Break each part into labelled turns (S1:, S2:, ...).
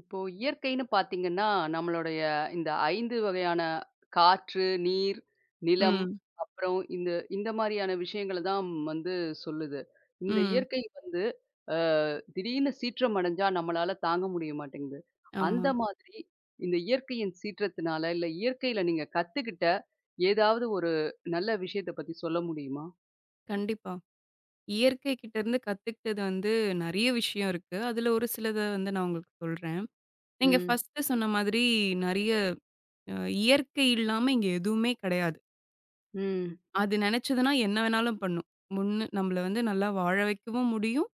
S1: இப்போ இயற்கைன்னு பார்த்தீங்கன்னா, நம்மளுடைய இந்த 5 வகையான காற்று, நீர், நிலம்,
S2: ம்,
S1: அப்புறம் இந்த இந்த மாரியான விஷயங்கள தான் வந்து சொல்லுது. இந்த
S2: ம்.
S1: இயற்கை வந்து அ திடீர்னு சீற்றம் அடைஞ்சா நம்மளால தாங்க முடிய மாட்டேங்குது.
S2: ஆமா.
S1: அந்த மாதிரி இந்த இயற்கையின் சீற்றத்தினால, இல்ல இயற்கையில நீங்க கத்துக்கிட்ட ஏதாவது ஒரு நல்ல விஷயத்த பத்தி சொல்ல முடியுமா?
S2: கண்டிப்பா. இயற்கை கிட்ட இருந்து கத்துக்கிட்டது வந்து நெறைய விஷயம் இருக்கு. அதுல ஒரு சிலத வந்து நான் உங்களுக்கு சொல்றேன். நீங்க
S1: ம்,
S2: ஃபர்ஸ்ட்டு சொன்ன மாதிரி நெறைய அ இயற்கை இல்லாம இங்க எதுவுமே கிடையாது.
S1: ம்,
S2: அது நெனச்சதுன்னா என்ன வேணாலும் பண்ணும். முன்னு நம்மள வந்து நல்லா வாழ வைக்கவும் முடியும்.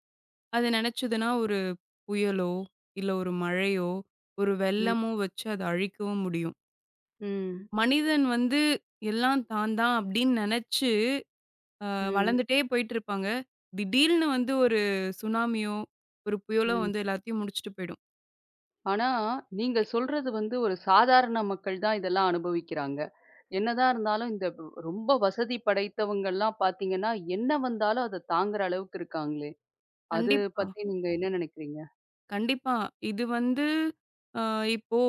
S2: அது நெனச்சதுன்னா ஒரு புயலோ, இல்ல ஒரு மழையோ, ஒரு
S1: ம்,
S2: வெள்ளமோ வச்சு அத அழிக்கவும் முடியும்.
S1: ம்,
S2: மனிதன் வந்து எல்லாம் தான் தான் அப்படின்னு நெனச்சு அ
S1: ம்,
S2: வளர்ந்துட்டே போயிட்டுருப்பாங்க. திடீல்னு வந்து ஒரு சுனாமியோ, ஒரு புயலோ
S1: ம்.
S2: வந்து எல்லாத்தையும் முடிச்சுட்டு போயிடும்.
S1: ஆனா, நீங்க சொல்றது வந்து ஒரு சாதாரண மக்கள் தான் இதெல்லாம் அனுபவிக்கிறாங்க. என்னதான் இருந்தாலும் இந்த ரொம்ப வசதி படைத்தவங்கலாம் பார்த்தீங்கன்னா, என்ன வந்தாலும் அத தாங்குற அளவுக்கு இருக்காங்களே! அது
S2: கண்டிப்பா,
S1: பத்தி நீங்க என்ன நினைக்கிறீங்க?
S2: கண்டிப்பா. இது வந்து அ இப்போ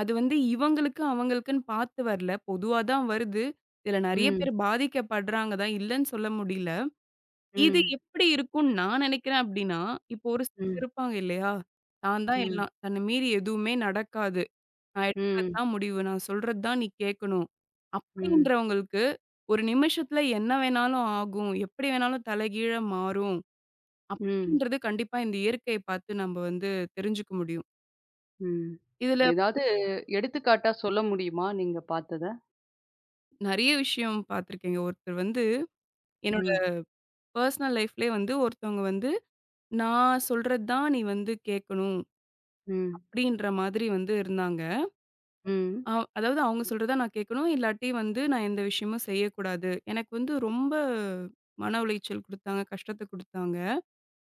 S2: அது வந்து இவங்களுக்கு, அவங்களுக்குன்னு பார்த்து வரல. பொதுவா தான் வருது. இதுல நெறைய
S1: ம்,
S2: பேர் பாதிக்கப்படுறாங்க தான், இல்லன்னு சொல்ல முடியல. இது
S1: ம்,
S2: எப்படி இருக்கும்னு நான் நெனைக்கிறேன் அப்படின்னா, இப்போ ஒரு சிலர்
S1: ம்,
S2: இருப்பாங்க இல்லையா? "நான் தான்
S1: ம்,
S2: எல்லாம். தன்ன மீறி எதுவுமே நடக்காது." நான் எடுக்கிறது
S1: ம்,
S2: தான் முடிவு. நான் சொல்றது தான் நீ கேட்கணும். ம்.
S1: ம்,
S2: அப்படின்றவங்களுக்கு, ஒரு நிமிஷத்துல என்ன வேணாலும் ஆகும். எப்படி வேணாலும் தலைகீழா மாறும்.
S1: ம்,
S2: அப்படின்றது கண்டிப்பா இந்த இயற்கைய பார்த்து நம்ம வந்து தெரிஞ்சுக்க முடியும்.
S1: ம்.
S2: இதுல
S1: ஏதாவது எடுத்துக்காட்டா சொல்ல முடியுமா? நீங்க பார்த்தத?
S2: நெறைய விஷயம் பார்த்துருக்கேங்க. ஒருத்தர் வந்து என்னோட
S1: ம்,
S2: பெர்சனல் லைஃப்லயே வந்து ஒருத்தவங்க வந்து, "நான் சொல்றது தான் நீ வந்து கேட்கணும்."
S1: ம்,
S2: அப்படின்ற மாதிரி வந்து இருந்தாங்க.
S1: ம்,
S2: அ அதாவது அவங்க சொல்றத நான் கேட்கணும். இல்லாட்டி வந்து நான் எந்த விஷயமும் செய்யக்கூடாது. எனக்கு வந்து ரொம்ப மன உளைச்சல் குடுத்தாங்க. கஷ்டத்த குடுத்தாங்க.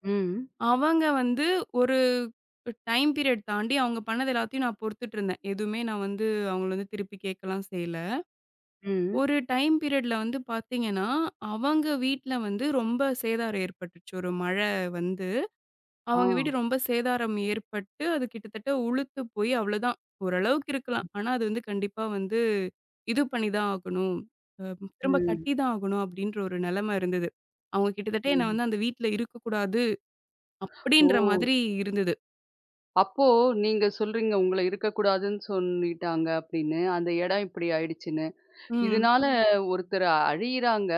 S1: ம்,
S2: அவங்க வந்து ஒரு டைம் பீரியட் தாண்டி அவங்க பண்ணது எல்லாத்தையும் நான் பொறுத்துட்டு இருந்தேன். எதுவுமே நான் வந்து அவங்கள வந்து திருப்பி கேட்கலாம் செய்யல.
S1: ம்.
S2: ஒரு டைம் பீரியட்ல வந்து பார்த்தீங்கன்னா, அவங்க வீட்ல வந்து ரொம்ப சேதாரம் ஏற்பட்டுச்சு. ஒரு மழை வந்து
S1: ஆ.
S2: அவங்க வீடு ரொம்ப சேதாரம் ஏற்பட்டு, அது கிட்டத்தட்ட உளுத்து போய் அவ்வளோதான். ஓரளவுக்கு இருக்கலாம். ஆனா, அது வந்து கண்டிப்பா வந்து இது பண்ணி தான் ஆகணும். அ திரும்ப
S1: ம்,
S2: கட்டி தான் ஆகணும் அப்டின்ற ஒரு நெலம இருந்தது. அவங்க கிட்டத்தட்ட என்ன
S1: ம்.
S2: வந்து அந்த வீட்ல இருக்கக்கூடாது
S1: ஓ!
S2: அப்டின்ற மாதிரி இருந்தது.
S1: அப்போ நீங்க சொல்றீங்க, உங்கள இருக்கக்கூடாதுன்னு சொல்லிட்டாங்க அப்படின்னு. அந்த இடம் இப்படி ஆயிடுச்சுன்னு.
S2: ம்,
S1: இதனால ம். ஒருத்தர் அழியிறாங்க.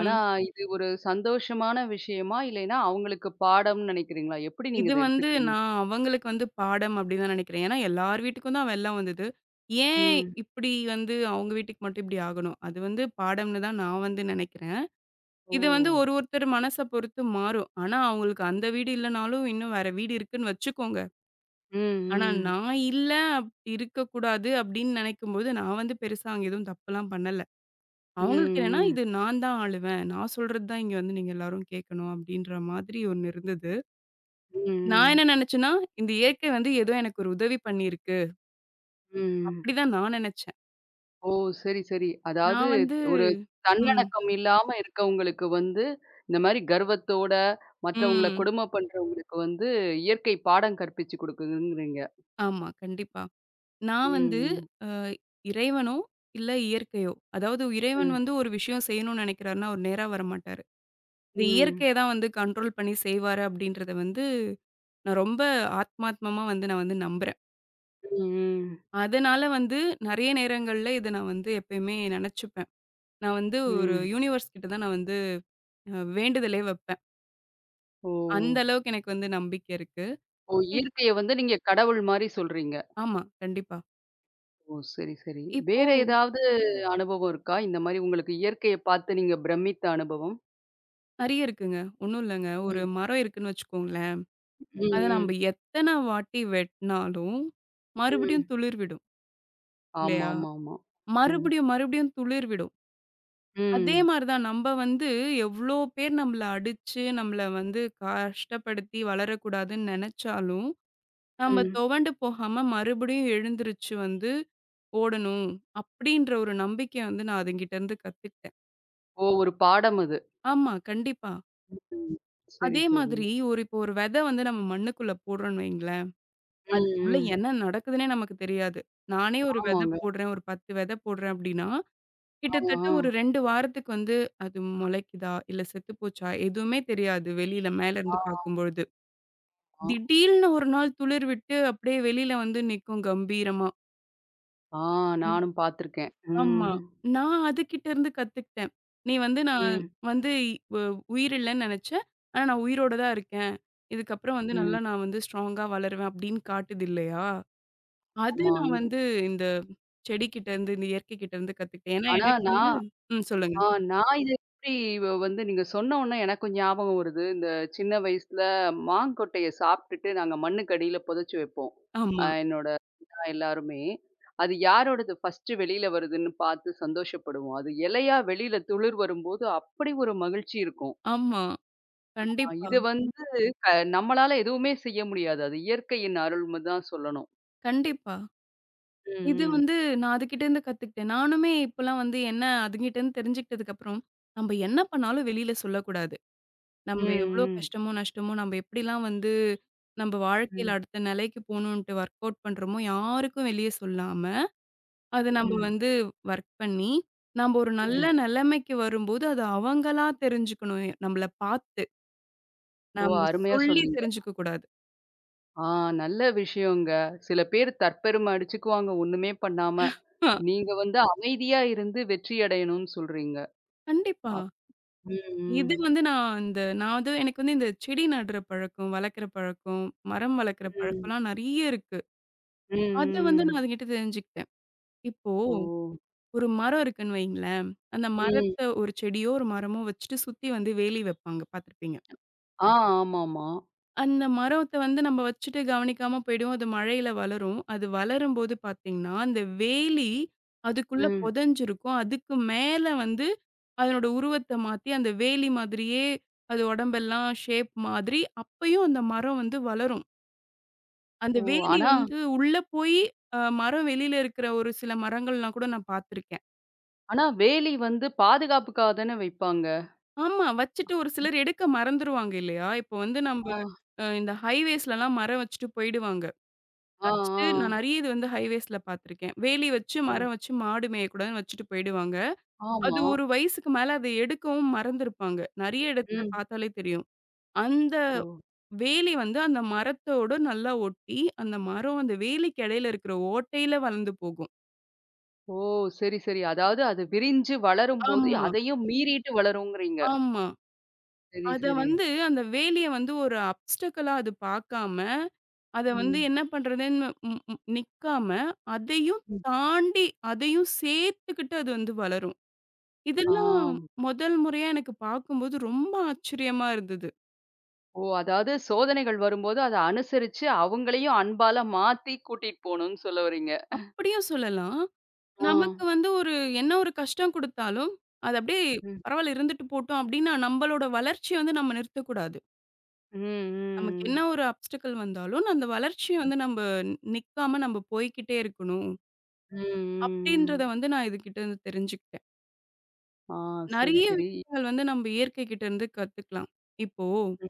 S1: ஆனா இது ஒரு சந்தோஷமான விஷயமா? இல்லைன்னா அவங்களுக்கு பாடம்ன்னு நினைக்கிறீங்களா? எப்படி நீங்க
S2: இது
S1: இத
S2: வந்து
S1: எடுத்துக்கிறீங்க?
S2: நான் அவங்களுக்கு வந்து பாடம் அப்டின்னு தான் நெனைக்கிறேன். ஏன்னா, எல்லார் வீட்டுக்கும் தான் வெள்ளம் வந்தது. ஏன்
S1: ம்.
S2: இப்டி வந்து அவங்க வீட்டுக்கு மட்டும் இப்டி ஆகணும்? அது வந்து பாடம்னு தான் நான் வந்து நெனைக்கிறேன்.
S1: ஓ!
S2: இது வந்து ஒரு ஒருத்தர் மனச பொறுத்து மாறும். ஆனா, அவங்களுக்கு அந்த வீடு இல்லனாலும், இன்னும் வேற வீடு இருக்குன்னு வச்சுக்கோங்க.
S1: ம்,
S2: ஆனா,
S1: ம்.
S2: நான் இல்ல, அப் இருக்கக்கூடாது அப்டின்னு நெனைக்கும்போது, நான் வந்து பெருசா அங்க எதுவும் தப்புலாம் பண்ணல.
S1: ம்,
S2: அவங்களுக்கு என்னன்னா,
S1: ம்.
S2: இது நான் தான் ஆளுவேன். நான் சொல்றது தான் இங்க வந்து நீங்க எல்லாரும் கேட்கணும் அப்டின்ற மாதிரி ஒண்ணு இருந்தது.
S1: ம்,
S2: நான்
S1: ம்.
S2: என்ன நெனச்சேன்னா, இந்த இயற்கை வந்து ஏதோ எனக்கு ஒரு உதவி பண்ணியிருக்கு.
S1: ம்.
S2: அப்டிதான் நான் நெனச்சேன்.
S1: ஓ! சரி, சரி. அதாவது
S2: நான் வந்து
S1: ஒரு
S2: ம்,
S1: தன்னடக்கம் இல்லாம இருக்கவங்களுக்கு வந்து, இந்த மாரி கர்வத்தோட மற்றவங்கள
S2: ம்.
S1: கொடும பண்றவங்களுக்கு வந்து இயற்கை பாடம் கற்பிச்சு குடுக்குதுங்கிறீங்க.
S2: ஆமா, கண்டிப்பா. நான் வந்து
S1: ம்,
S2: அ இறைவனோ, இல்ல இயற்கையோ, அதாவது இறைவன்
S1: ம், ம்,
S2: வந்து ஒரு விஷயம் செய்யணும்னு நினைக்கிறாருன்னா, அவர் நேரா வரமாட்டாரு. இந்த
S1: ம்,
S2: இயற்கைய தான் வந்து கண்ட்ரோல் பண்ணி செய்வாரு அப்படின்றத வந்து, நான் ரொம்ப ஆத்மாத்மமா வந்து நான் வந்து நம்புறேன்.
S1: ம்,
S2: அதனால வந்து நெறைய நேரங்கள்ல இத நான் வந்து எப்பயுமே நெனச்சுப்பேன். நான் வந்து ஒரு
S1: ம்.
S2: யூனிவர்ஸ் கிட்ட தான் நான் வந்து வேண்டுதலே வைப்பேன்.
S1: ஓ!
S2: அந்த அளவுக்கு எனக்கு வந்து நம்பிக்கை இருக்கு.
S1: ஓ!
S2: இப்
S1: இயற்கைய வந்து நீங்க கடவுள் மாரி சொல்றீங்க.
S2: ஆமா, கண்டிப்பா.
S1: ஓ! சரி, சரி.
S2: இப்போ
S1: வேற ஏதாவது அனுபவம் இருக்கா? இந்த மாரி உங்களுக்கு இயற்கைய பார்த்து நீங்க பிரமித்த அனுபவம்?
S2: நெறைய இருக்குங்க. ஒண்ணும் இல்லங்க. ஒரு
S1: ம்,
S2: மரம் இருக்குன்னு வச்சுக்கோங்களேன்.
S1: ம்,
S2: அத
S1: ம்,
S2: நம்ப எத்தன வாட்டி வெட்னாலும்,
S1: ம்.
S2: மறுபடியும் துளிர் விடும். இல்லையா?
S1: ஆமாமாமா. ம்,
S2: மறுபடியும், மறுபடியும் துளிர் விடும். அதே
S1: ம்,
S2: மாரி தான் நம்ப வந்து எவ்ளோ பேர் நம்மள அடிச்சு, நம்மள வந்து கஷ்டப்படுத்தி வளரக்கூடாதுன்னு நெனச்சாலும், நம்ம
S1: ம்.
S2: துவண்டு போகாம மறுபடியும் எழுந்திருச்சு வந்து ஓடணும், அப்படின்ற ஒரு நம்பிக்கைய வந்து நான் அதுங்கிட்டருந்து கத்துக்கிட்டேன்.
S1: ஓ! ஒரு பாடம் அது.
S2: ஆமா, கண்டிப்பா.
S1: ம். சரி,
S2: அதே
S1: சரி.
S2: மாதிரி ஒரு இப்போ ஒரு வெத வந்து நம்ம மண்ணுக்குள்ள போடுறோம்னு வைங்களேன்.
S1: ம்,
S2: அதுக்குள்ள
S1: ம்.
S2: என்ன நடக்குதுன்னே நமக்கு தெரியாது. நானே ஒரு விதை
S1: ஆமாங்க.
S2: போடுறேன், ஒரு 10 விதை போடுறேன் அப்டின்னா, கிட்டத்தட்ட
S1: ஆமா.
S2: ஒரு 2 வாரத்துக்கு வந்து அது முளைக்குதா? இல்ல செத்து போச்சா? எதுவுமே தெரியாது. வெளியில
S1: ஆ,
S2: மேலருந்து பார்க்கும்பொழுது.
S1: ஆமா.
S2: திடீல்னு ஒரு நாள் துளிர் விட்டு அப்டியே வெளியில வந்து நிக்கும் கம்பீரமா.
S1: ஆ
S2: ம்.
S1: நானும் பார்த்துருக்கேன்.
S2: ஆமா.
S1: ம்.
S2: நான் அதுகிட்டருந்து கத்துக்கிட்டேன். நீ வந்து நான்
S1: ம்.
S2: வந்து இ- உ உயிர் இல்லன்னு நெனச்சேன். ஆனா நான் உயிரோட தான் இருக்கேன். இதுக்கப்புறம் வந்து
S1: ம்.
S2: நல்லா நான் வந்து ஸ்ட்ராங்கா வளருவேன் அப்டின்னு காட்டுது இல்லையா? அது
S1: ஆமா
S2: நான்
S1: இது.
S2: வந்து இந்த செடிகிட்ட இருந்து, இந்த இயற்கை கிட்ட இருந்து கத்துக்கிட்டேன். ஏன்னா
S1: ஆனா
S2: எனக்கு வந்து
S1: நான்
S2: சொல்லுங்க.
S1: ஆ நான் இத எப்படி வந்து நீங்க சொன்ன உடனே எனக்கும் ஞாபகம் வருது. இந்த சின்ன வயசுல மாங்கொட்டைய சாப்பிட்டுட்டு நாங்க மண்ணுக்கு அடியில புதைச்சு வைப்போம்.
S2: ஆமா,
S1: என்னோட எல்லாருமே. அது யாரோடது ஃபர்ஸ்ட்டு வெளியில வருதுன்னு பார்த்து சந்தோஷப்படுவோம். அது இலையா வெளியில துளிர் வரும்போது அப்படி ஒரு மகிழ்ச்சி இருக்கும்.
S2: ஆமா. கண்டிப்பா,
S1: இது வந்து க நம்மளால எதுவுமே செய்ய முடியாது. அது இயற்கையின் அருள்ன்னு தான் சொல்லணும்.
S2: கண்டிப்பா.
S1: ம்,
S2: இது
S1: ம்.
S2: வந்து நான் அதுகிட்ட இருந்து கத்துக்கிட்டேன். நானுமே இப்பலாம் வந்து என்ன அதுகிட்ட இருந்து தெரிஞ்சுக்கிட்டதுக்கப்புறம், நம்ப என்ன பண்ணாலும் வெளியில சொல்லக்கூடாது.
S1: ம்,
S2: நம்ப எவ்ளோ
S1: ம்.
S2: கஷ்டமோ, நஷ்டமோ, நம்ப எப்படிலாம் வந்து நம்ப வாழ்க்கையில
S1: ம்,
S2: அடுத்த நிலைக்கு போணுன்ட்டு ஒர்க் அவுட் பண்றோமோ, யாருக்கும் வெளிய சொல்லாம அது நம்ம
S1: ம்,
S2: வந்து வொர்க் பண்ணி, நம்ப ஒரு நல்ல
S1: ம்.
S2: நிலைமைக்கு வரும்போது, அது அவங்களா தெரிஞ்சுக்கணும். நம்மள பார்த்து.
S1: ஓ!
S2: நம்ம
S1: அருமையா
S2: சொல்லி
S1: சொன்னீங்க.
S2: தெரிஞ்சுக்க கூடாது.
S1: ஆ நல்ல விஷயங்க. சில பேர் தற்பெரும அடிச்சுக்குவாங்க ஒண்ணுமே பண்ணாம.
S2: ஆ
S1: நீங்க வந்து அமைதியா இருந்து வெற்றி அடையணும்னு சொல்றீங்க.
S2: கண்டிப்பா.
S1: அப் ம், ம்.
S2: இது வந்து நான் இந்த நான் வந்து எனக்கு வந்து இந்த செடி நடுற பழக்கம், வளர்க்குற பழக்கம், மரம் வளர்க்குற
S1: ம்.
S2: பழக்கம்லாம் நெறைய இருக்கு.
S1: ம்,
S2: அத வந்து நான்
S1: ம்.
S2: அதுகிட்ட தெரிஞ்சுக்கிட்டேன். இப்போ
S1: ஓ!
S2: ஒரு மரம் இருக்குன்னு வைங்களேன், அந்த
S1: ம்.
S2: மரத்த ஒரு செடியோ, ஒரு மரமோ வச்சுட்டு சுத்தி வந்து வேலி வைப்பாங்க பார்த்துருப்பீங்க.
S1: ஆ ஆமாமா.
S2: அந்த மரத்த வந்து நம்ம வச்சுட்டு கவனிக்காம போயிடுவோம். அது மழையில வளரும். அது வளரும்போது பார்த்தீங்கன்னா, அந்த வேலி அதுக்குள்ள
S1: ம்.
S2: புதைஞ்சிருக்கும். அதுக்கு மேல வந்து அதனோட உருவத்த மாத்தி, அந்த வேலி மாதிரியே அது உடம்பெல்லாம் ஷேப் மாதிரி, அப்பயும் அந்த மரம் வந்து வளரும். அந்த
S1: ஓ!
S2: வேலி
S1: ஆனா
S2: வந்து உள்ள போய் மரம் வெளியில இருக்கிற ஒரு சில மரங்கள்லாம் கூட நான் பார்த்துருக்கேன்.
S1: ஆனா வேலி வந்து பாதுகாப்புக்காக தானே வைப்பாங்க.
S2: ஆமா. வச்சுட்டு ஒரு சிலர் எடுக்க மறந்துருவாங்க இல்லையா? இப்போ வந்து நம்ப
S1: ஆ,
S2: இந்த ஹைவேஸ்லலாம் மரம் வச்சுட்டு போயிடுவாங்க.
S1: ஆ, ஆ.
S2: வச்சுட்டு நான் நெறைய இது வந்து ஹைவேஸ்ல பார்த்துருக்கேன். வேலி வச்சு,
S1: ஓ!
S2: மரம் வச்சு, மாடு மேயக்கூடாதுன்னு வச்சுட்டு போயிடுவாங்க. அது
S1: ஆமா.
S2: ஒரு வயசுக்கு மேல அத எடுக்கவும் மறந்திருப்பாங்க. நெறைய இடத்துல
S1: ம்.
S2: பார்த்தாலே தெரியும். அந்த
S1: ஓ!
S2: வேலி வந்து அந்த மரத்தோட நல்லா ஒட்டி, அந்த மரம் அந்த வேலிக்கு இடையில இருக்கிற ஓட்டையில வளர்ந்து போகும்.
S1: ஓ! சரி, சரி. அதாவது அது விரிஞ்சு வளரும்போது,
S2: ஆமா,
S1: அதையும் மீறிட்டு வளருங்கிறீங்க.
S2: ஆமா.
S1: சரி,
S2: அத
S1: சரி.
S2: வந்து அந்த வேலிய வந்து ஒரு அப்ஸ்டக்கிளா அது பார்க்காம, அத வந்து
S1: ம்.
S2: என்ன பண்றதுன்னு ம் ம் நிக்காம, அதையும்
S1: ம்.
S2: தாண்டி அதையும் சேர்த்துக்கிட்டு அது வந்து வளரும்.
S1: ஆ.
S2: இதெல்லாம் முதல் முறையா எனக்கு பார்க்கும்போது ரொம்ப ஆச்சரியமா இருந்தது.
S1: ஓ! அதாவது சோதனைகள் வரும்போது, அத அனுசரிச்சு அவங்களையும் அன்பால மாத்தி கூட்டிட்டு போணும்னு சொல்ல வரீங்க.
S2: அப்படியும் சொல்லலாம்.
S1: ஆ.
S2: நமக்கு வந்து ஒரு என்ன ஒரு கஷ்டம் குடுத்தாலும், அது அப்படியே
S1: ம்.
S2: பரவால்ல இருந்துட்டு போட்டும் அப்படின்னு நம்பளோட வளர்ச்சிய வந்து நம்ம நிறுத்தக்கூடாது.
S1: ம்,
S2: நமக்கு என்ன
S1: ம்.
S2: ஒரு அப்ஸ்டக்கிள் வந்தாலும், அந்த வளர்ச்சிய வந்து நம்ப நிக்காம நம்ம போய்க்கிட்டே இருக்கணும்.
S1: ம், ம், ம்.
S2: அப்படின்றத வந்து நான் இதுகிட்ட இருந்து தெரிஞ்சுக்கிட்டேன்.
S1: ஆ சரி,
S2: நெறைய
S1: சரி.
S2: விஷயங்கள் வந்து நம்ம இயற்கை கிட்ட இருந்து கத்துக்கலாம். இப்போ
S1: ம்.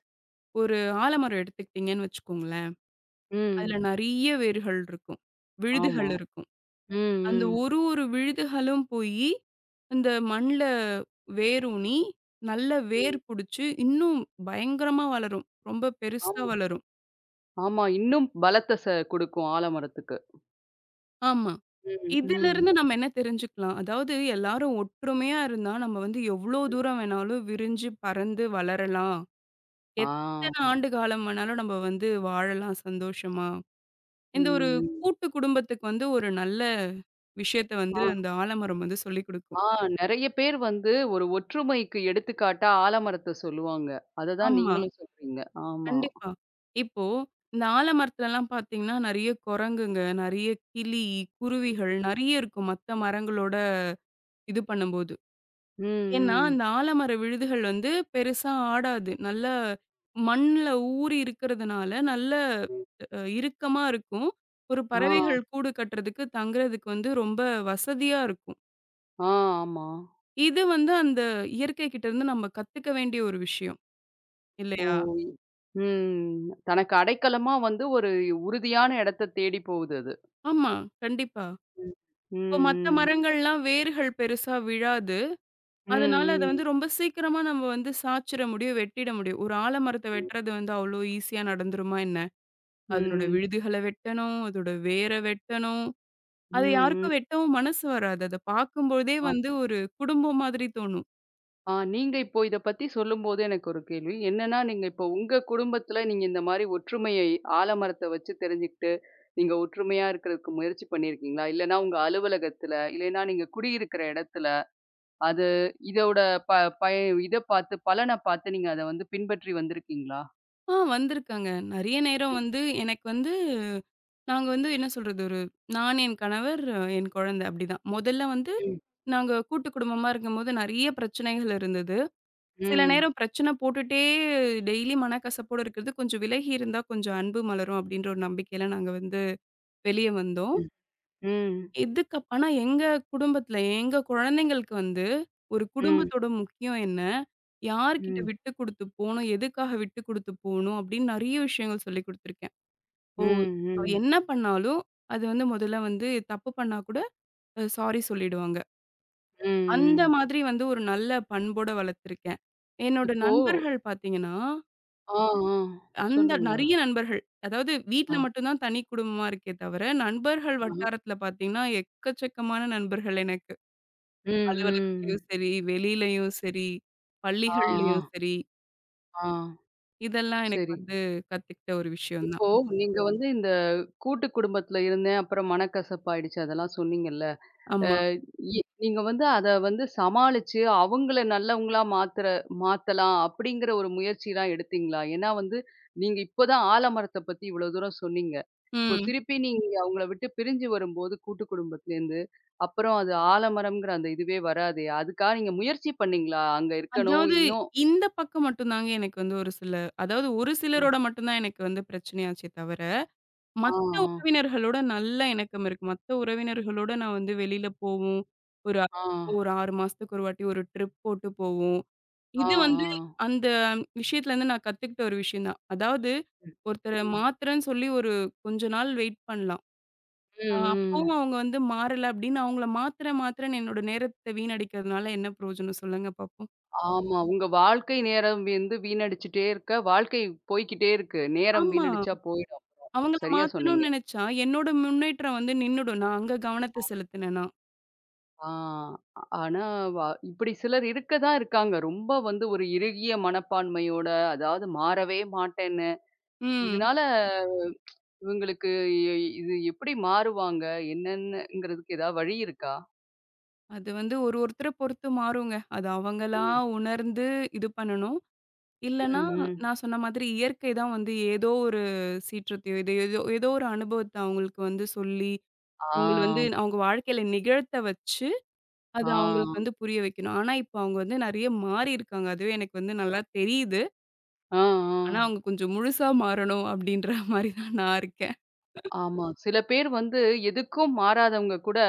S2: ஒரு ஆலமரம் எடுத்துக்கிட்டீங்கன்னு வச்சுக்கோங்களேன்.
S1: ம்.
S2: அதுல நெறைய வேர்கள் இருக்கும்.
S1: ஆமா.
S2: விழுதுகள் இருக்கும்.
S1: ம்,
S2: அந்த
S1: ம்.
S2: ஒரு ஒரு விழுதுகளும் போயி, அந்த மண்ல வேரூனி, நல்ல வேர்
S1: ம்.
S2: புடிச்சு, இன்னும் பயங்கரமா வளரும். ரொம்ப பெருசா
S1: ஆமா.
S2: வளரும்.
S1: ஆமா. இன்னும் பலத்த குடுக்கும் ஆலமரத்துக்கு.
S2: ஆமா.
S1: ம்,
S2: இதிலிருந்து
S1: ம்.
S2: நம்ம என்ன தெரிஞ்சுக்கலாம்? அதாவது எல்லாரும் ஒற்றுமையா இருந்தா, நம்ம வந்து எவ்ளோ தூரம் வேணாலும் விரிஞ்சு, பறந்து வளரலாம்.
S1: ஆ.
S2: எத்தன ஆண்டு காலம் வேணாலும் நம்ம வந்து வாழலாம் சந்தோஷமா. இந்த ஒரு
S1: ம்.
S2: கூட்டு குடும்பத்துக்கு வந்து ஒரு நல்ல விஷயத்த
S1: ஆ,
S2: வந்து அந்த ஆலமரம் வந்து சொல்லிக் குடுக்கும்.
S1: ஆ நெறைய பேர் வந்து ஒரு ஒற்றுமைக்கு எடுத்துக்காட்டா ஆலமரத்த சொல்லுவாங்க. அததான்
S2: ஆமா.
S1: நீங்களும் சொல்றீங்க. ஆமா.
S2: கண்டிப்பா. இப்போ இந்த ஆலமரத்துலலாம் பார்த்தீங்கன்னா, நெறைய குரங்குங்க, நெறைய கிளி, குருவிகள் நெறைய இருக்கும். மத்த மரங்களோட இது பண்ணும்போது. ஏன்னா,
S1: ம்,
S2: அந்த ஆலமர விழுதுகள் வந்து பெருசா ஆடாது. நல்ல மண்ல ஊறி இருக்கிறதுனால, நல்ல
S1: ம்.
S2: இறுக்கமா இருக்கும். ஒரு
S1: ஆ,
S2: பறவைகள் கூடு கட்டுறதுக்கு, தங்குறதுக்கு வந்து ரொம்ப வசதியா இருக்கும்.
S1: ஆ ஆமா.
S2: இது வந்து அந்த இயற்கை கிட்ட இருந்து நம்ம கத்துக்க வேண்டிய ஒரு விஷயம்.
S1: ஓ!
S2: இல்லையா?
S1: இ- ம். தனக்கு அடைக்கலமா வந்து ஒரு உறுதியான இடத்த தேடி போகுது அது.
S2: ஆமா, கண்டிப்பா.
S1: ம். ம்,
S2: இப்போ மத்த
S1: ம்.
S2: மரங்கள்லாம் வேர்கள் பெருசா விழாது. அதனால அத
S1: ம்,
S2: வந்து ரொம்ப சீக்கிரமா நம்ம வந்து சாய்ச்சிட முடியும், வெட்டிட முடியும். ஒரு ஆலமரத்த
S1: ம்.
S2: வெட்டுறது வந்து அவ்ளோ ஈஸியா நடந்துருமா என்ன? அதனோட
S1: ம்.
S2: விழுதுகள வெட்டணும், அதோட வேர வெட்டணும்.
S1: ம்,
S2: அத
S1: ம்.
S2: யாருக்கும் வெட்டவும் மனசு வராது. அத பார்க்கும்போதே வந்து ஒரு குடும்பம் மாதிரி தோணும்.
S1: நீங்க இப்போ இத பத்தி சொல்லும்போது எனக்கு ஒரு கேள்வி. என்னன்னா, நீங்க இப்போ உங்க குடும்பத்துல நீங்க இந்த மாரி ஒற்றுமையை ஆலமரத்த வச்சு தெரிஞ்சுக்கிட்டு, நீங்க ஒற்றுமையா இருக்கிறதுக்கு முயற்சி பண்ணியிருக்கீங்களா? இல்லன்னா உங்க அலுவலகத்துல, இல்லைன்னா நீங்க குடியிருக்கிற இடத்துல, அது இதோட ப பய இத பார்த்து பலன பார்த்து நீங்க அத வந்து பின்பற்றி வந்திருக்கீங்களா?
S2: ஆ வந்திருக்காங்க. நெறைய நேரம் வந்து எனக்கு வந்து நாங்க வந்து என்ன சொல்றது? ஒரு நான், என் கணவர், என் குழந்தை அப்படிதான். முதல்ல வந்து
S1: ம்.
S2: நாங்க கூட்டு குடும்பமா இருக்கும்போது நெறைய பிரச்சனைகள் இருந்தது. சில
S1: ம்.
S2: நேரம் பிரச்சனை போட்டுட்டே டெய்லி மனக்கசப்போட இருக்கிறது, கொஞ்சம் விலகி இருந்தா கொஞ்சம் அன்பு மலரும் அப்டின்ற ஒரு நம்பிக்கையில நாங்க வந்து வெளிய வந்தோம்.
S1: ம். ம்.
S2: ஆனா எங்க குடும்பத்துல, எங்க குழந்தைங்களுக்கு வந்து ஒரு
S1: ம்.
S2: குடும்பத்தோட முக்கியம் என்ன? யார்கிட்ட
S1: ம்.
S2: விட்டு குடுத்து போணும்? எதுக்காக விட்டு குடுத்து போணும்? அப்டின்னு நெறைய விஷயங்கள் சொல்லிக் குடுத்துருக்கேன்.
S1: ம்.
S2: ஓ!
S1: ம்.
S2: அவ
S1: ம்.
S2: என்ன பண்ணாலும், அது வந்து முதல்ல வந்து தப்பு பண்ணா கூட சாரி சொல்லிடுவாங்க. அந்த
S1: ம்.
S2: மாதிரி வந்து ஒரு நல்ல பண்போட வளர்த்துருக்கேன். என்னோட
S1: இப்போ
S2: நண்பர்கள் பார்த்தீங்கன்னா
S1: ஆ, ஆ.
S2: அந்த
S1: சொல்லுங்க.
S2: நெறைய நண்பர்கள். அதாவது வீட்ல
S1: ஆ.
S2: மட்டும் தான் தனி குடும்பமா இருக்கே தவிர, நண்பர்கள்
S1: ஆ.
S2: வட்டாரத்துல பார்த்தீங்கன்னா, எக்கச்சக்கமான நண்பர்கள் எனக்கு.
S1: ம். ம்.
S2: அலுவலகத்திலயும் சரி, வெளியிலயும் சரி,
S1: ஆ, ஆ.
S2: பள்ளிகள்லயும் சரி,
S1: ஆ.
S2: இதெல்லாம் எனக்கு
S1: சரி.
S2: வந்து கத்துக்கிட்ட ஒரு விஷயம் தான்.
S1: இப்போ நீங்க வந்து இந்த கூட்டு குடும்பத்துல இருந்தேன், அப்புறம் மனக்கசப்பாயிடுச்சு அதெல்லாம் சொன்னீங்கல்ல.
S2: ஆமா.
S1: இ நீங்க வந்து அத வந்து சமாளிச்சு, அவங்கள நல்லவங்களா மாத்துற மாத்தலாம் அப்படிங்கிற ஒரு முயற்சிலாம் எடுத்தீங்களா? ஏன்னா வந்து நீங்க இப்ப தான் ஆலமரத்த பத்தி இவ்வளோ தூரம் சொன்னீங்க. இப்போ
S2: ம்.
S1: திருப்பி நீங்க அவங்கள விட்டு பிரிஞ்சு வரும்போது கூட்டு குடும்பத்துலேருந்து, அப்புறம் அது ஆலமரம்ங்கிற அந்த இதுவே வராதே, அதுக்காக நீங்க முயற்சி பண்ணீங்களா? அங்க இருக்கணும்,
S2: அதாவது
S1: இன்னும்
S2: இந்த பக்கம் மட்டும் தாங்க எனக்கு வந்து ஒரு சில அதாவது ஒரு
S1: ம்.
S2: சிலரோட மட்டும் தான் எனக்கு வந்து பிரச்சனையாச்சே தவிர
S1: ஆ,
S2: மத்த உறவினர்களோட நல்ல இணக்கம் இருக்கு. மத்த உறவினர்களோட நான் வந்து வெளியில போவோம். ஒரு
S1: ஆ,
S2: ஒரு 6 மாசத்துக்கு ஒரு வாட்டி ஒரு ட்ரிப் போட்டு போவோம்.
S1: ஆ,
S2: இது
S1: ஆ,
S2: வந்து
S1: ஆ.
S2: அந்த விஷயத்துலேருந்து நான் கத்துக்கிட்ட ஒரு விஷயம் தான். அதாவது
S1: ம்.
S2: ஒருத்தர
S1: ம்.
S2: மாத்துறேன்னு சொல்லி ஒரு கொஞ்ச நாள் வெயிட் பண்ணலாம்.
S1: ம்,
S2: அப்பவும்
S1: ம்.
S2: அவங்க வந்து மாறல அப்படின்னு அவங்கள மாத்துறேன் மாத்துறேன்னு என்னோட நேரத்த வீணடிக்கிறதுனால என்ன பிரயோஜனம் சொல்லுங்க பாப்போம்.
S1: ஆமா. உங்க வாழ்க்கை நேரம் வந்து வீணடிச்சுட்டே இருக்க, வாழ்க்கை போய்க்கிட்டே இருக்கு. நேரம்
S2: ஆமா.
S1: வீணடிச்சா போயிடும் அப்புறம்.
S2: அவங்கள
S1: சரியா சொன்னீங்க.
S2: மாத்தணும்னு நினைச்சா என்னோட முன்னேற்றம் வந்து நின்னுடும். நான் அங்க கவனத்த செலுத்தினேன்னா.
S1: ஆ ஆனா வ இப்படி சிலர் இருக்க தான் இருக்காங்க. ரொம்ப வந்து ஒரு இறுகிய மனப்பான்மையோட, அதாவது மாறவே மாட்டேன்னு.
S2: ம்.
S1: இதனால இவங்களுக்கு இ இது எப்படி மாறுவாங்க? என்னன்னுங்கிறதுக்கு ஏதாவது வழி இருக்கா?
S2: அது வந்து ஒரு ஒருத்தர பொறுத்து மாறுங்க. அது அவங்களா
S1: ம்.
S2: உணர்ந்து இது பண்ணணும்.
S1: ம்,
S2: இல்லன்னா, கண்டிப்பா.
S1: ம்.
S2: நான் சொன்ன மாதிரி இயற்கை தான் வந்து ஏதோ ஒரு சீற்றத்தையோ, இது ஏதோ ஏதோ ஒரு அனுபவத்த அவங்களுக்கு வந்து சொல்லி, அவங்கள வந்து
S1: ஆ.
S2: அவங்க வாழ்க்கையில நிகழ்த்த வச்சு, அத
S1: ஆ.
S2: அவங்களுக்கு வந்து புரிய வைக்கணும். ஆனா, இப்ப அவங்க வந்து நெறைய மாறியிருக்காங்க. அதுவே எனக்கு வந்து நல்லா தெரியுது.
S1: ஆ, ஆ.
S2: ஆனா, அவங்க கொஞ்சம் முழுசா மாறணும் அப்டின்ற மாரி தான் நான் இருக்கேன்.
S1: ஆமா. சில பேர் வந்து எதுக்கும் மாறாதவங்க கூட,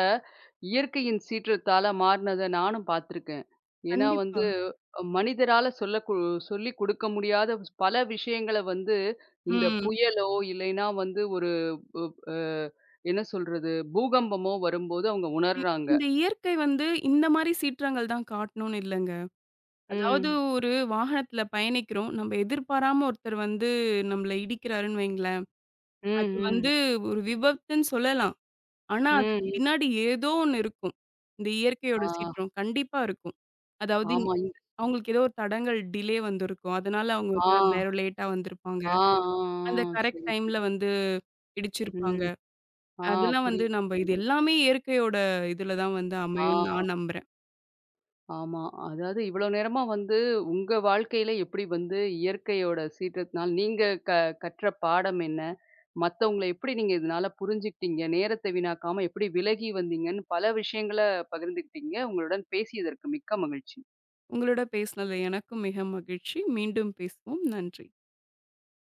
S1: இயற்கையின் சீற்றத்தால மாறுனத நானும் பார்த்துருக்கேன். ஏன்னா
S2: கண்டிப்பா.
S1: வந்து மனிதரால சொல்லிக் குடுக்க முடியாத பல விஷயங்கள வந்து, இந்த
S2: ம்.
S1: புயலோ இல்லைன்னா வந்து ஒரு உப் அ என்ன சொல்றது? பூகம்பமோ வரும்போது அவங்க
S2: இ
S1: உணர்றாங்க.
S2: இந்த இயற்கை வந்து இந்த மாரி சீற்றங்கள் தான் காட்டணும்னு இல்லங்க. அதாவது
S1: ம்.
S2: ஒரு வாகனத்துல பயணிக்கிறோம். நம்ம எதிர்பாராம ஒருத்தர் வந்து நம்மள இடிக்கிறாருன்னு வைங்களேன்.
S1: ம்,
S2: அது
S1: ம்.
S2: வந்து ஒரு விபத்துன்னு சொல்லலாம். ஆனா
S1: ம்,
S2: அதுக்கு
S1: ம்.
S2: பின்னாடி ஏதோ ஒண்ணு இருக்கும். இந்த இயற்கையோட
S1: ஆ.
S2: சீற்றம் கண்டிப்பா இருக்கும். அதாவது இந்-
S1: ஆமா. இந்த
S2: அவங்களுக்கு ஏதோ ஒரு தடங்கல் டிலே வந்திருக்கும். அதனால அவங்க
S1: ஆ,
S2: வந்து அந்த நேரம் லேட்டா வந்திருப்பாங்க.
S1: ஆ, ஆ,
S2: அந்த
S1: ஆ.
S2: கரெக்ட்
S1: சரி, சரி.
S2: டைம்ல வந்து இடிச்சிருப்பாங்க.
S1: ம். ஆ
S2: அதெல்லாம் வந்து
S1: புரியுது,
S2: நம்ம இது
S1: புரியுது.
S2: எல்லாமே இயற்கையோட இதுல தான் வந்து
S1: ஆ.
S2: அமையும்னு நான் நம்புறேன்.
S1: ஆமா. அதாவது இவ்வளோ நேரமா வந்து உங்க வாழ்க்கையில எப்படி வந்து இயற்கையோட சீற்றத்தினால் நீங்க க கற்ற பாடம் என்ன? மத்தவங்கள எப்படி நீங்க இதனால புரிஞ்சுக்கிட்டீங்க? நேரத்த வீணாக்காம எப்படி விலகி வந்தீங்கன்னு பல விஷயங்கள பகிர்ந்துக்கிட்டீங்க. உங்களுடன் பேசியதற்கு மிக்க மகிழ்ச்சி.
S2: உங்களோட பேசினதுல எனக்கும் மிக மகிழ்ச்சி. மீண்டும் பேசுவோம். நன்றி.